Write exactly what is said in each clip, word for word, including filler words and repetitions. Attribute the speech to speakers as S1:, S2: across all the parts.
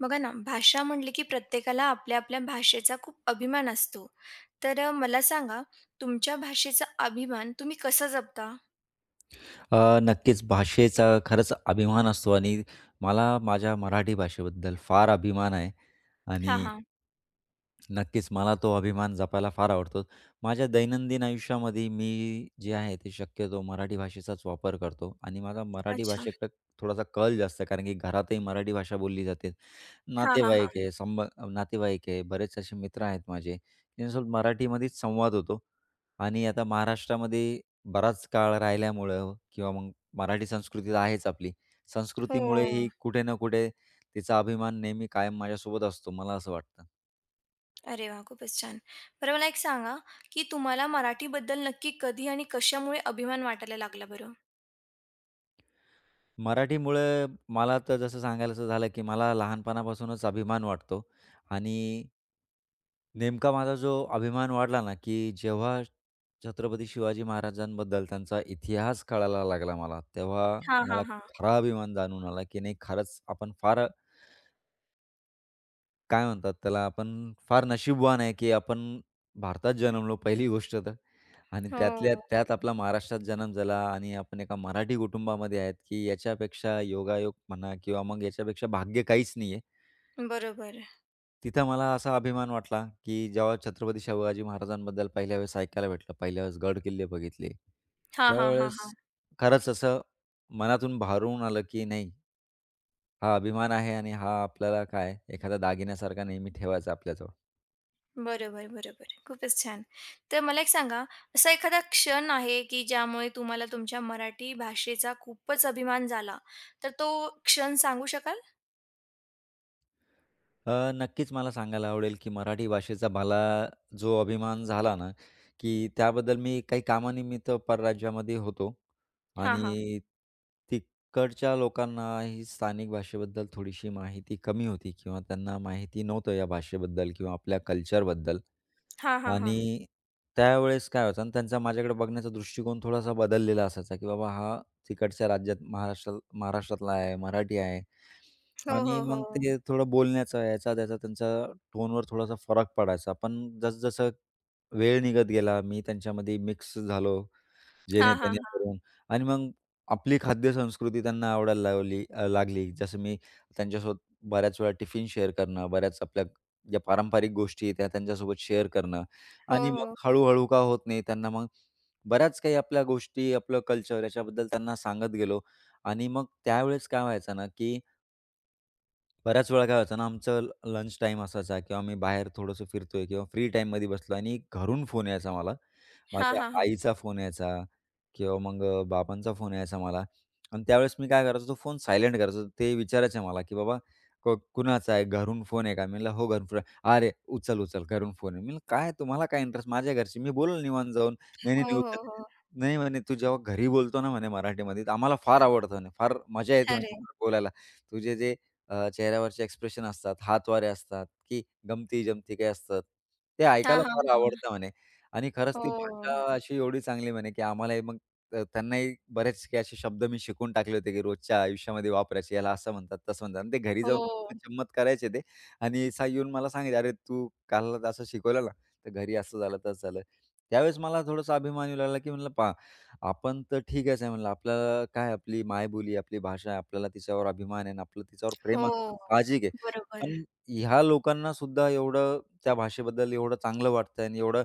S1: बघा ना, भाषा म्हटली की प्रत्येकाला आपल्या-आपल्या भाषेचा खूप अभिमान असतो. तर अ, मला सांगा तुमच्या भाषेचा अभिमान तुम्ही कसा जपता?
S2: अ, नक्कीच भाषेचा खरंच अभिमान असतो आणि मला माझ्या मराठी भाषेबद्दल फार अभिमान आहे आणि
S1: हां, हां.
S2: नक्कीच मला तो अभिमान जपायला फार आवडतो. माझ्या दैनंदिन आयुष्यामध्ये मी जे आहे ते शक्यतो मराठी भाषेचाच वापर करतो आणि माझा मराठी
S1: अच्छा.
S2: भाषेकडे थोडासा कल जास्त आहे कारण की घरातही मराठी भाषा बोलली जाते.
S1: हां, हां,
S2: नातेवाईक
S1: हां.
S2: आहे, संब नातेवाईक आहे, बरेच असे मित्र आहेत माझे, त्यांच्यासोबत मराठीमध्येच संवाद होतो आणि आता महाराष्ट्रामध्ये बराच काळ राहिल्यामुळं किंवा मग मराठी संस्कृती तर आहेच आपली. संस्कृतीमुळे ही
S1: हो.
S2: कुठे ना कुठे तिचा अभिमान नेहमी कायम माझ्यासोबत असतो, मला असं वाटतं.
S1: अरे वाह! खूपच छान. बरं मला एक सांगा, की तुम्हाला मराठीबद्दल नक्की कधी आणि कशामुळे अभिमान वाटायला लागला बरं?
S2: मराठीमुळे मला तर जसं सांगायचं झालं, की मला लहानपणापासूनच अभिमान वाटतो आणि नेमका माझा जो अभिमान वाढला ना, की जेव्हा छत्रपती शिवाजी महाराजांबद्दल त्यांचा इतिहास कळायला लागला मला, तेव्हा
S1: हां,
S2: मला
S1: हां, हां.
S2: खरा अभिमान जाणून आला, की नाही खरंच आपण फार काय म्हणतात त्याला, आपण फार नशीबवान आहे, की आपण भारतात जन्मलो पहिली गोष्ट तर. आणि त्यातल्या
S1: हो.
S2: त्यात आपला महाराष्ट्रात जन्म झाला आणि आपण एका मराठी कुटुंबामध्ये आहेत, की याच्यापेक्षा योगायोग म्हणा किंवा मग याच्यापेक्षा भाग्य काहीच नाही आहे.
S1: बरोबर.
S2: तिथं मला असा अभिमान वाटला, की जेव्हा छत्रपती शिवाजी महाराजांबद्दल पहिल्या वेळेस ऐकायला भेटलं, पहिल्या वेळेस गडकिल्ले बघितले,
S1: हां, हां,
S2: त्यावेळेस
S1: हां.
S2: खरंच असं मनातून भारून आलं, की नाही हा अभिमान आहे आणि हा आपल्याला काय एखादा दागिन्यासारखा नेहमी ठेवायचा आपल्याजवळ.
S1: बरोबर, बरोबर. खूपच छान. तर मला एक सांगा, असा एखादा क्षण आहे की ज्यामुळे तुम्हाला तुमच्या मराठी भाषेचा खूपच अभिमान झाला, तर तो क्षण सांगू शकाल?
S2: अ, नक्कीच मला सांगायला आवडेल, की मराठी भाषेचा मला जो अभिमान झाला ना, की त्याबद्दल मी काही कामानिमित्त परराज्यामध्ये होतो
S1: हां, हां.
S2: आणि तिकडच्या लोकांना ही स्थानिक भाषेबद्दल थोडीशी माहिती कमी होती किंवा त्यांना माहिती नव्हतं या भाषेबद्दल किंवा आपल्या कल्चरबद्दल.
S1: हां, हां, हां.
S2: आणि त्यावेळेस काय व्हायचं आणि त्यांचा माझ्याकडे बघण्याचा दृष्टिकोन थोडासा बदललेला असायचा, की बाबा हा तिकडच्या राज्यात महाराष्ट्र महाराष्ट्रातला आहे, मराठी आहे
S1: हो, हो,
S2: आणि मग
S1: हो.
S2: ते थोडं बोलण्याचा याचा-त्याचा त्यांचा टोनवर थोडासा फरक पडायचा. पण जसं वेळ निघत गेला, मी त्यांच्यामध्ये मिक्स झालो.
S1: हां, हां,
S2: जेणे-तेणे
S1: हां.
S2: करून आणि मग आपली खाद्यसंस्कृती त्यांना आवडायला लावली अ, लागली. जसं मी त्यांच्यासोबत बऱ्याच वेळा टिफिन शेअर करणं, बऱ्याच आपल्या ज्या पारंपरिक गोष्टी आहेत, त्या त्यांच्यासोबत शेअर करणं
S1: हो,
S2: आणि मग
S1: हो, हो.
S2: हळू-हळू का होत नाही, त्यांना मग बऱ्याच काही आपल्या गोष्टी, आपलं कल्चर याच्याबद्दल त्यांना सांगत गेलो आणि मग त्यावेळेस काय व्हायचं ना, की बऱ्याच वेळा काय होतं ना, आमचं ल लंच टाईम असायचा किंवा मी बाहेर थोडंसं फिरतोय किंवा फ्री टाईममध्ये बसलो आणि घरून फोन यायचा मला.
S1: हां,
S2: माझ्या
S1: हां, हां.
S2: आईचा फोन यायचा किंवा मग अ, बाबांचा फोन यायचा मला आणि त्यावेळेस मी काय करायचो, तो फोन सायलेंट करायचो. ते विचारायचे मला, की "बाबा को कुणाचा आहे? घरून फोन आहे का?" मी म्हणलं, "हो, घरून फोन आहे." "अरे, उचल, उचल. घरून फोन आहे." मी म्हणलं, "काय तुम्हाला काय इंटरेस्ट? माझ्या घरची मी बोलेल निवांत जाऊन." "नाही, नाही,
S1: हो,
S2: नाही,
S1: हो,
S2: उचल."
S1: हो.
S2: "नाही," म्हणे, "तू जेव्हा घरी बोलतो ना," म्हणे, "मराठीमध्ये, तर आम्हाला फार आवडतं," म्हणे, "फार मजा येते," म्हणे,
S1: अरे!
S2: आम्हाला "बोलायला. तुझे जे अ, चेहऱ्यावरचे एक्सप्रेशन असतात, हातवारे असतात, की गमती-जमती काही असतात. ते
S1: हां,
S2: ऐकायला
S1: हां,
S2: फार
S1: हां.
S2: आवडतं म्हणे आणि खरंच ती
S1: हो,
S2: भाषा अशी एवढी चांगली म्हणे, की आम्हालाही मग अ, त्यांनाही बरेच काही असे शब्द मी शिकवून टाकले होते, की रोजच्या आयुष्यामध्ये वापरायचे. याला असं म्हणतात, तसं म्हणतात आणि ते घरी जाऊन
S1: हो,
S2: गंमत-जंमत करायचे ते आणि सा येऊन मला सांगायचे, "अरे, तू काल असं शिकवलं ना, तर घरी असं झालं, तसं झालं." त्यावेळेस मला थोडंसं अभिमान येऊ लागला, की म्हणलं पहा आपण तर ठीकच आहे म्हणलं. आपल्याला काय आपली मायबोली, आपली भाषा आहे, आपल्याला तिच्यावर अभिमान आहे आणि आपलं तिच्यावर प्रेम असणं
S1: हो.
S2: साहजिक आहे.
S1: बरोबर.
S2: पण ह्या लोकांना सुद्धा एवढं त्या भाषेबद्दल एवढं चांगलं वाटतंय आणि एवढं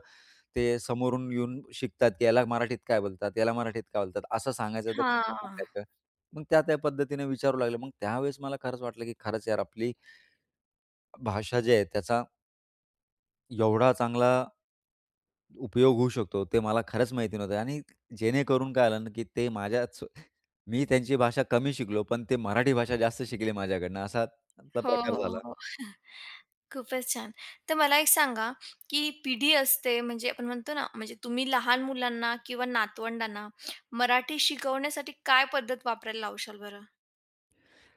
S2: ते समोरून येऊन शिकतात, की याला मराठीत काय बोलतात, याला मराठीत काय बोलतात, असं सांगायचं तर कसं
S1: हां.
S2: सांगायचं. मग त्या त्या पद्धतीने विचारू लागले. मग त्यावेळेस मला खरंच वाटलं, की खरंच यार आपली भाषा जी आहे त्याचा एवढा चांगला उपयोग होऊ शकतो, ते मला खरंच माहिती नव्हतं आणि जेणेकरून काय झालं ना, की ते माझ्याच मी त्यांची भाषा कमी शिकलो, पण ते मराठी भाषा जास्त शिकले माझ्याकडनं असा त्यातला
S1: हो,
S2: प्रकार
S1: हो,
S2: झाला.
S1: हो. खूपच छान. तर मला एक सांगा, की पिढी असते म्हणजे आपण म्हणतो ना, म्हणजे तुम्ही लहान मुलांना किंवा नातवंडांना मराठी शिकवण्यासाठी काय पद्धत वापरायला लावशाल बरं?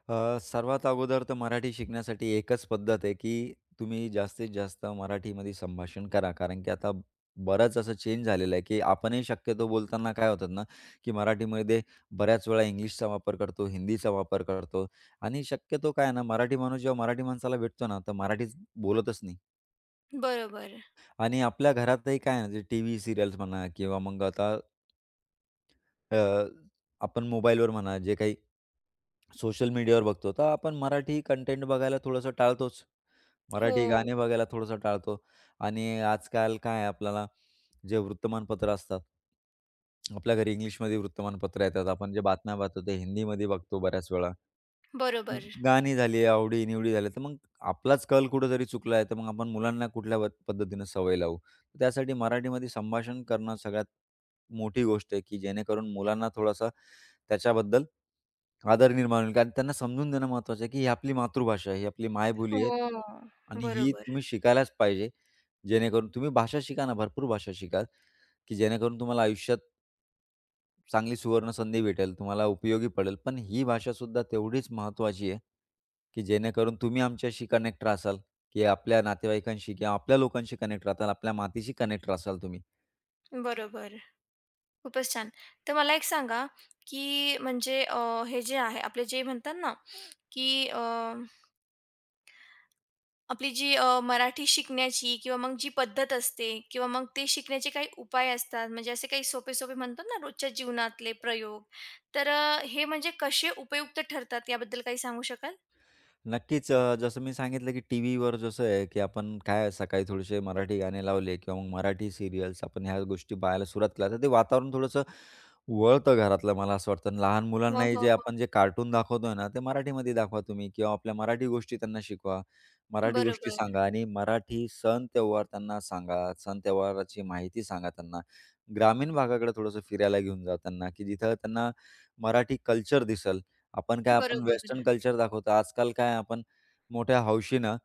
S2: अ, सर्वात अगोदर तर मराठी शिकण्यासाठी एकच पद्धत आहे, की तुम्ही जास्तीत जास्त मराठीमध्ये संभाषण करा. कारण की आता बरंच असं चेंज झालेलं आहे, की आपणही शक्यतो बोलताना काय होतात ना, की मराठीमध्ये बऱ्याच वेळा इंग्लिशचा वापर करतो, हिंदीचा वापर करतो आणि शक्यतो काय आहे ना, मराठी माणूस जेव्हा मराठी माणसाला भेटतो ना, तर मराठीच बोलतच नाही.
S1: बरोबर.
S2: आणि आपल्या घरातही काय आहे ना, जे टीव्ही सीरियल्स म्हणा किंवा मग आता अ, आपण मोबाईलवर म्हणा, जे काही सोशल मीडियावर बघतो, तर आपण मराठी कंटेंट बघायला थोडंसं टाळतोच. मराठी
S1: हो,
S2: गाणे बघायला थोडंसं टाळतो आणि आजकाल काय आहे आपल्याला जे वृत्तमानपत्र असतात. आपल्या घरी इंग्लिशमध्ये वृत्तमानपत्र येतात. आपण जे बातम्या पाहतो, ते हिंदीमध्ये बघतो बऱ्याच वेळा.
S1: बरोबर.
S2: गाणी झाली, आवडी-निवडी झाल्या, तर मग आपलाच कल कुठेतरी चुकला आहे, तर मग आपण मुलांना कुठल्या पद पद्धतीनं सवय लावू? त्यासाठी मराठीमध्ये संभाषण करणं सगळ्यात मोठी गोष्ट आहे, की जेणेकरून मुलांना थोडासा त्याच्याबद्दल आदर निर्माण होईल. कारण त्यांना समजून देणं महत्त्वाचं आहे, की ही आपली मातृभाषा आहे, ही आपली मायबोली आहे
S1: हो,
S2: आणि ही
S1: बरोबर,
S2: तुम्ही शिकायलाच पाहिजे. जेणेकरून तुम्ही भाषा शिका ना, भरपूर भाषा शिकाल. की जेणेकरून तुम्हाला आयुष्यात चांगली सुवर्ण संधी भेटेल, तुम्हाला उपयोगी पडेल. पण ही भाषासुद्धा तेवढीच महत्त्वाची आहे, की जेणेकरून तुम्ही आमच्याशी कनेक्ट राहसाल, की आपल्या नातेवाईकांशी किंवा आपल्या लोकांशी कनेक्ट राहताल, आपल्या मातीशी कनेक्ट राहसाल तुम्ही.
S1: बरोबर. खूपच छान. तर मला एक सांगा, की म्हणजे अ, हे जे आहे आपले जे म्हणतात ना, की आपली जी अ, मराठी शिकण्याची किंवा मग जी पद्धत असते किंवा मग ते शिकण्याचे काही उपाय असतात, म्हणजे असे काही सोपे-सोपे म्हणतो ना रोजच्या जीवनातले प्रयोग. तर अ, हे म्हणजे कसे उपयुक्त ठरतात याबद्दल काही सांगू शकाल?
S2: नक्कीच अ, जसं मी सांगितलं की टी व्हीवर जसं आहे की आपण काय सकाळी थोडेसे मराठी गाणे लावले किंवा मग मराठी सिरियल्स आपण ह्या गोष्टी पाहायला सुरुवात केल्या तर ते वातावरण थोडंसं वळतं घरातलं मला असं वाटतं आणि लहान
S1: हो,
S2: मुलांनाही
S1: हो,
S2: जे
S1: हो.
S2: आपण जे कार्टून दाखवतोय ना ते मराठीमध्ये दाखवा तुम्ही किंवा आपल्या मराठी गोष्टी त्यांना शिकवा मराठी गोष्टी
S1: बरोबर,
S2: सांगा आणि मराठी सण त्योहार त्यांना सांगा सण त्योहाराची माहिती सांगा त्यांना ग्रामीण भागाकडे थोडंसं फिरायला घेऊन जा त्यांना की जिथं त्यांना मराठी कल्चर दिसेल आपण काय आपण
S1: बरोबर.
S2: वेस्टर्न कल्चर दाखवतो. आजकाल काय आपण मोठ्या हौशीनं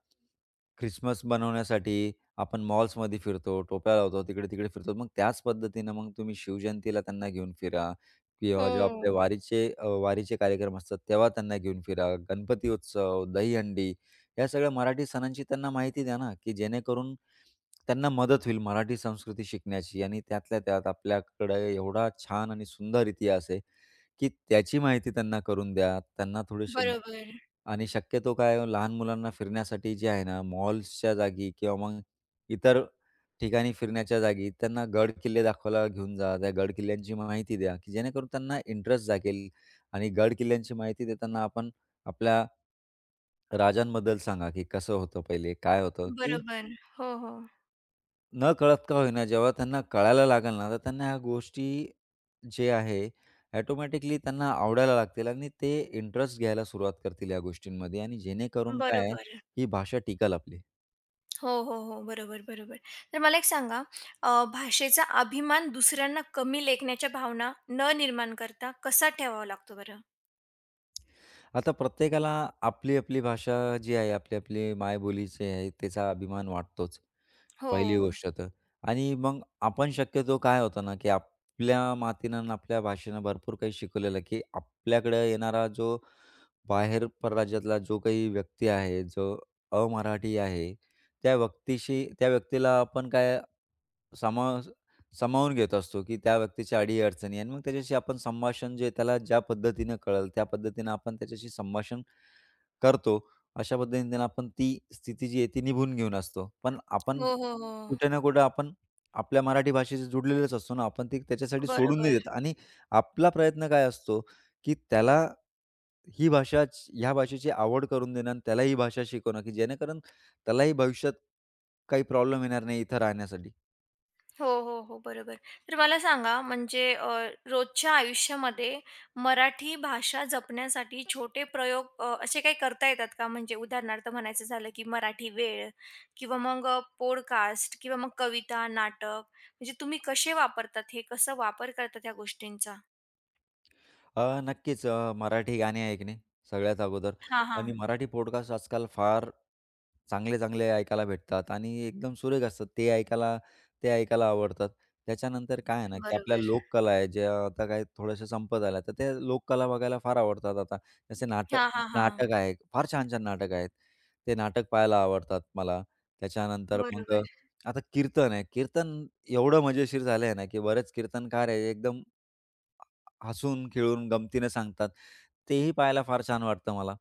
S2: ख्रिसमस बनवण्यासाठी आपण मॉल्समध्ये फिरतो, टोप्या लावतो, तिकडे-तिकडे फिरतो. मग त्याच पद्धतीनं मग तुम्ही शिवजयंतीला त्यांना घेऊन फिरा किंवा जेव्हा आपले
S1: हो,
S2: वारीचे अ, वारीचे कार्यक्रम असतात, तेव्हा त्यांना घेऊन फिरा. गणपती उत्सव, दहीहंडी या सगळ्या मराठी सणांची त्यांना माहिती द्या ना, की जेणेकरून त्यांना मदत होईल मराठी संस्कृती शिकण्याची आणि त्यातल्या त्यात आपल्याकडे एवढा छान आणि सुंदर इतिहास आहे, की त्याची माहिती त्यांना करून द्या. त्यांना थोडेसे
S1: बरोबर,
S2: आणि शक्यतो काय लहान मुलांना फिरण्यासाठी जे आहे ना, मॉल्सच्या जागी किंवा मग इतर ठिकाणी फिरण्याच्या जागी त्यांना गड किल्ले दाखवायला घेऊन जा. त्या गड किल्ल्यांची माहिती द्या, की जेणेकरून त्यांना इंटरेस्ट जागेल आणि गड किल्ल्यांची माहिती देताना आपण आपल्या राजांबद्दल सांगा, की कसं होतं पहिले, काय होतं, की
S1: बरोबर. हो, हो.
S2: न नकळत का होईना, जेव्हा त्यांना कळायला लागेल ना, तर त्यांना ह्या गोष्टी जे आहे, ऑटोमॅटिकली त्यांना आवडायला लागतील आणि ते इंटरेस्ट घ्यायला सुरुवात करतील या गोष्टींमध्ये आणि जेणेकरून काय आहे,
S1: बरोबर.
S2: ही भाषा टिकेल आपली.
S1: हो, हो, हो. बरोबर, बरोबर. तर मला एक सांगा, अ, भाषेचा अभिमान दुसऱ्यांना कमी लेखण्याच्या भावना न निर्माण करता कसा ठेवावा लागतो बरं?
S2: आता प्रत्येकाला आपली-आपली भाषा जी आहे, आपली-आपली मायबोलीची आहे, त्याचा अभिमान वाटतोच,
S1: हो.
S2: पहिली गोष्ट तर. आणि मग आपण शक्यतो काय होतं ना, की आपल्या मातीनं आणि आपल्या भाषेनं भरपूर काही शिकवलेलं, की आपल्याकडे येणारा जो बाहेर परराज्यातला जो काही व्यक्ती आहे, जो अमराठी आहे, त्या व्यक्तीशी त्या व्यक्तीला आपण काय सामा सामावून घेत असतो, की त्या व्यक्तीच्या अडी-अडचणी आणि मग त्याच्याशी आपण संभाषण जे त्याला ज्या पद्धतीनं कळेल, त्या पद्धतीनं आपण त्याच्याशी संभाषण करतो. अशा पद्धतीने आपण ती स्थिती जी आहे ती निभून घेऊन असतो. पण आपण
S1: हो, हो, हो.
S2: कुठे ना कुठे आपण आपल्या मराठी भाषेशी जुडलेलेच असतो ना, आपण ती त्याच्यासाठी सोडून नाही
S1: बरोबर.
S2: देत आणि आपला प्रयत्न काय असतो, की त्याला ही भाषाच ह्या भाषेची आवड करून देणं आणि त्याला ही भाषा शिकवणं, की जेणेकरून त्यालाही भविष्यात काही प्रॉब्लेम येणार नाही इथं राहण्यासाठी.
S1: हो, हो, हो. बरोबर. तर मला सांगा म्हणजे अ, रोजच्या आयुष्यामध्ये मराठी भाषा जपण्यासाठी छोटे प्रयोग अ, असे काही करता येतात का? म्हणजे उदाहरणार्थ म्हणायचं झालं, की मराठी वेळ किंवा मग अ, पॉडकास्ट किंवा मग कविता, नाटक म्हणजे तुम्ही कसे वापरतात हे? कसं वापर करतात ह्या गोष्टींचा?
S2: अ, नक्कीच अ, मराठी गाणे ऐकणे सगळ्यात अगोदर
S1: हां,
S2: आणि
S1: हां.
S2: मराठी पॉडकास्ट आजकाल फार चांगले-चांगले ऐकायला भेटतात आणि एकदम सुरेख असतात. ते ऐकायला ते ऐकायला आवडतात. त्याच्यानंतर काय आहे ना, की आपल्या
S1: बरोबर.
S2: लोककला आहे, ज्या आता काय थोड्याशा संपत आल्या, तर त्या लोककला बघायला फार आवडतात आता. जसे नाटक
S1: हां, हां, हां.
S2: नाटक आहे, फार छान-छान नाटक आहेत. ते नाटक पाहायला आवडतात मला. त्याच्यानंतर मग अ,
S1: बरोबर,
S2: आता कीर्तन आहे. कीर्तन एवढं मजेशीर झालं ना, की बरेच कीर्तनकार आहे, एकदम हसून, खेळून, गमतीनं सांगतात. तेही पाहायला फार छान वाटतं मला.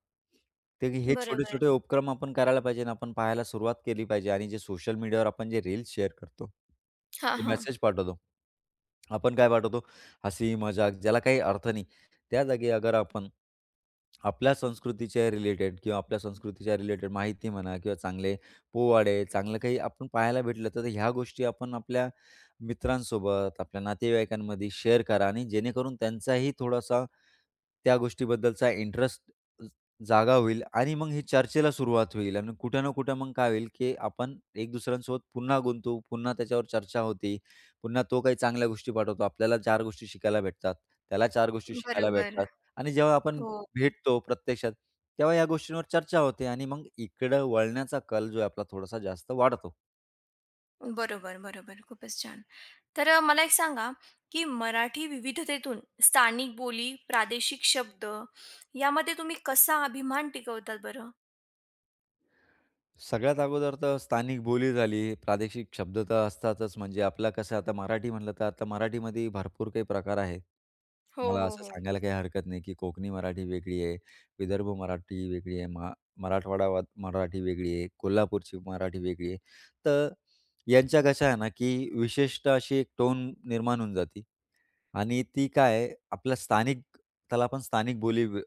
S2: ते हे
S1: बरोबर.
S2: छोटे-छोटे उपक्रम आपण करायला पाहिजे आणि आपण पाहायला सुरुवात केली पाहिजे आणि जे सोशल मीडियावर आपण जे रील्स शेअर करतो,
S1: हां,
S2: जे
S1: हां.
S2: मेसेज पाठवतो, आपण काय पाठवतो? हसी, मजाक ज्याला काही अर्थ नाही. त्या जागी अगर आपण आपल्या संस्कृतीच्या रिलेटेड किंवा आपल्या संस्कृतीच्या रिलेटेड माहिती म्हणा किंवा चांगले पोवाडे, चांगलं काही आपण पाहायला भेटलं, तर ह्या गोष्टी आपण आपल्या मित्रांसोबत, आपल्या नातेवाईकांमध्ये शेअर करा आणि जेणेकरून त्यांचाही थोडासा त्या गोष्टीबद्दलचा इंटरेस्ट जागा होईल आणि मग ही चर्चेला सुरुवात होईल आणि कुठं ना कुठं मग काय होईल, की आपण एक दुसऱ्यांसोबत पुन्हा गुंतू, पुन्हा त्याच्यावर चर्चा होते. पुन्हा तो काही चांगल्या गोष्टी पाठवतो. आपल्याला चार गोष्टी शिकायला भेटतात. त्याला चार गोष्टी शिकायला
S1: बरोबर.
S2: भेटतात आणि जेव्हा आपण
S1: हो.
S2: भेटतो प्रत्यक्षात, तेव्हा या गोष्टींवर चर्चा होते आणि मग इकडं वळण्याचा कल जो आहे आपला थोडासा जास्त वाढतो.
S1: बरोबर, बरोबर. खूपच छान. तर अ, मला एक सांगा, की मराठी विविधतेतून स्थानिक बोली, प्रादेशिक शब्द यामध्ये तुम्ही कसा अभिमान टिकवतात बरं?
S2: सगळ्यात अगोदर तर स्थानिक बोली झाली, प्रादेशिक शब्द तर असतातच. म्हणजे आपला कसं आता मराठी म्हटलं तर आता मराठीमध्ये भरपूर काही प्रकार आहेत.
S1: हो,
S2: मला
S1: हो,
S2: असं
S1: हो.
S2: सांगायला काही हरकत नाही, की कोकणी मराठी वेगळी आहे, विदर्भ मराठी वेगळी आहे, महा मराठवाडा व मराठी वेगळी आहे, कोल्हापूरची मराठी वेगळी आहे. तर यांच्या कशा आहे ना, की विशेषतः अशी एक टोन निर्माण होऊन जाते. आणि ती काय आहे, आपल्या स्थानिक त्याला आपण स्थानिक बोली व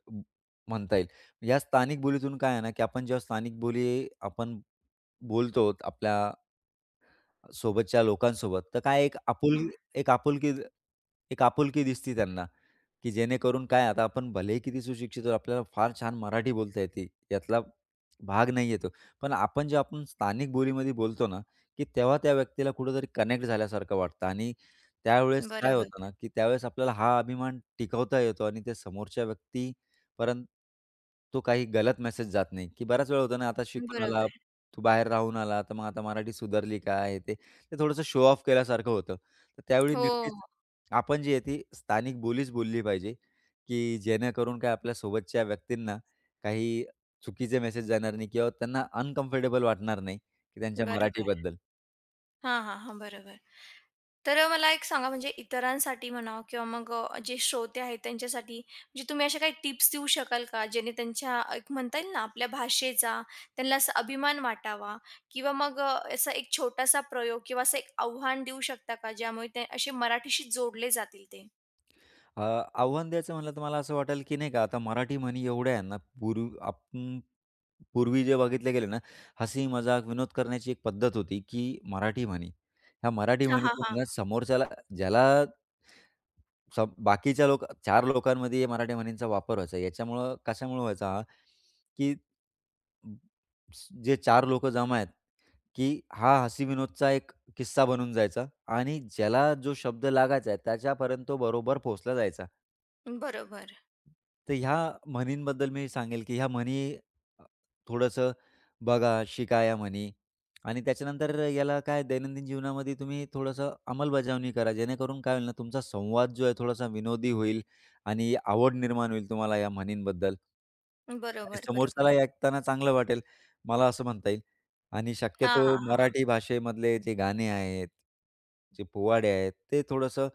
S2: म्हणता येईल. या स्थानिक बोलीतून काय आहे ना, की आपण जेव्हा स्थानिक बोली आपण बोलतो आपल्या सोबतच्या लोकांसोबत, तर काय एक आपुल
S1: अ,
S2: एक आपुलकी एक आपुलकी दिसती त्यांना, की जेणेकरून काय आता आपण भलेही किती सुशिक्षित आहोत, आपल्याला फार छान मराठी बोलता येते, यातला भाग नाही येतो. पण आपण जेव्हा आपण स्थानिक बोलीमध्ये बोलतो ना, की तेव्हा त्या व्यक्तीला कुठेतरी कनेक्ट झाल्यासारखं वाटतं आणि त्यावेळेस काय
S1: बरोबर,
S2: होतं ना, की त्यावेळेस आपल्याला हा अभिमान टिकवता येतो आणि ते समोरच्या व्यक्तीपर्यंत तो काही गलत मेसेज जात नाही, की बऱ्याच वेळा होतं ना, आता शिकून आला,
S1: बरोबर.
S2: तू बाहेर राहून आला, तर मग आता मराठी सुधारली का? ते. ते थोडंसं शो ऑफ केल्यासारखं होतं. तर त्यावेळी
S1: हो,
S2: नक्कीच आपण जी आहे ती स्थानिक बोलीच बोलली पाहिजे, की जेणेकरून काय आपल्या सोबतच्या व्यक्तींना काही चुकीचे मेसेज जाणार नाही किंवा त्यांना अनकम्फर्टेबल वाटणार नाही, की त्यांच्या
S1: बरोबर.
S2: मराठीबद्दल.
S1: हां, हां, हां. बरोबर. तर मला एक सांगा म्हणजे इतरांसाठी म्हणा किंवा मग अ, जे श्रोते आहेत त्यांच्यासाठी म्हणजे तुम्ही अशा काही टिप्स देऊ शकाल का? जेणे त्यांच्या एक म्हणता येईल ना आपल्या भाषेचा त्यांना असा अभिमान वाटावा किंवा मग अ, असा एक छोटासा प्रयोग किंवा असं एक आव्हान देऊ शकता का? ज्यामुळे ते असे मराठीशी जोडले जातील ते?
S2: अ, आव्हान द्यायचं म्हटलं तर मला असं वाटेल, की नाही का आता मराठी म्हणी एवढ्या आहे ना, पूर्वी आपण पूर्वी जे बघितले गेले ना, हसी, मजाक, विनोद करण्याची एक पद्धत होती, की मराठी म्हणी. ह्या मराठी
S1: हां, हां,
S2: म्हणीतून ना
S1: हां.
S2: समोरच्याला ज्याला सब बाकीच्या लोक चार लोकांमध्ये मराठी म्हणींचा वापर व्हायचा. याच्यामुळं कशामुळे व्हायचा हा, की स- जे चार लोक जमा आहेत, की हा हसी-विनोदचा एक किस्सा बनून जायचा आणि ज्याला जो शब्द लागायचा आहे त्याच्यापर्यंत तो बरोबर पोहोचला जायचा.
S1: बरोबर.
S2: तर ह्या म्हणींबद्दल मी सांगेल, की ह्या म्हणी अ, थोडंसं बघा, शिका या म्हणी आणि त्याच्यानंतर याला काय दैनंदिन जीवनामध्ये तुम्ही थोडंसं अंमलबजावणी करा. जेणेकरून काय होईल ना, तुमचा संवाद जो आहे थोडासा विनोदी होईल आणि आवड निर्माण होईल तुम्हाला या म्हणींबद्दल. आणि
S1: बरोबर,
S2: समोरच्याला
S1: बरोबर.
S2: ऐकताना चांगलं वाटेल, मला असं म्हणता येईल. आणि
S1: हां,
S2: शक्यतो
S1: हां, हां.
S2: मराठी भाषेमधले जे गाणे आहेत, जे पोवाडे आहेत, ते थोडंसं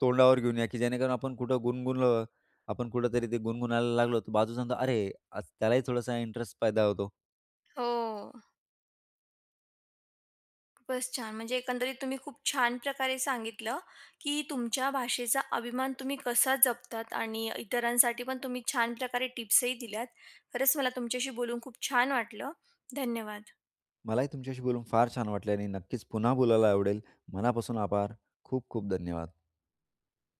S2: तोंडावर घेऊन या, की जेणेकरून आपण कुठं गुणगुणलं, आपण कुठेतरी ते गुणगुणायला लागलो, तर बाजूचा म्हणतो, "अरे, आज त्यालाही थोडासा इंटरेस्ट पैदा होतो."
S1: हो. खूपच छान. म्हणजे एकंदरीत तुम्ही खूप छान प्रकारे सांगितलं, की तुमच्या भाषेचा अभिमान तुम्ही कसा जपतात आणि इतरांसाठी पण तुम्ही छान प्रकारे टिप्सही दिल्यात. खरंच मला तुमच्याशी बोलून खूप छान वाटलं. धन्यवाद.
S2: मलाही तुमच्याशी बोलून फार छान वाटले आणि नक्कीच पुन्हा बोलायला आवडेल. मनापासून आभार. खूप खूप धन्यवाद.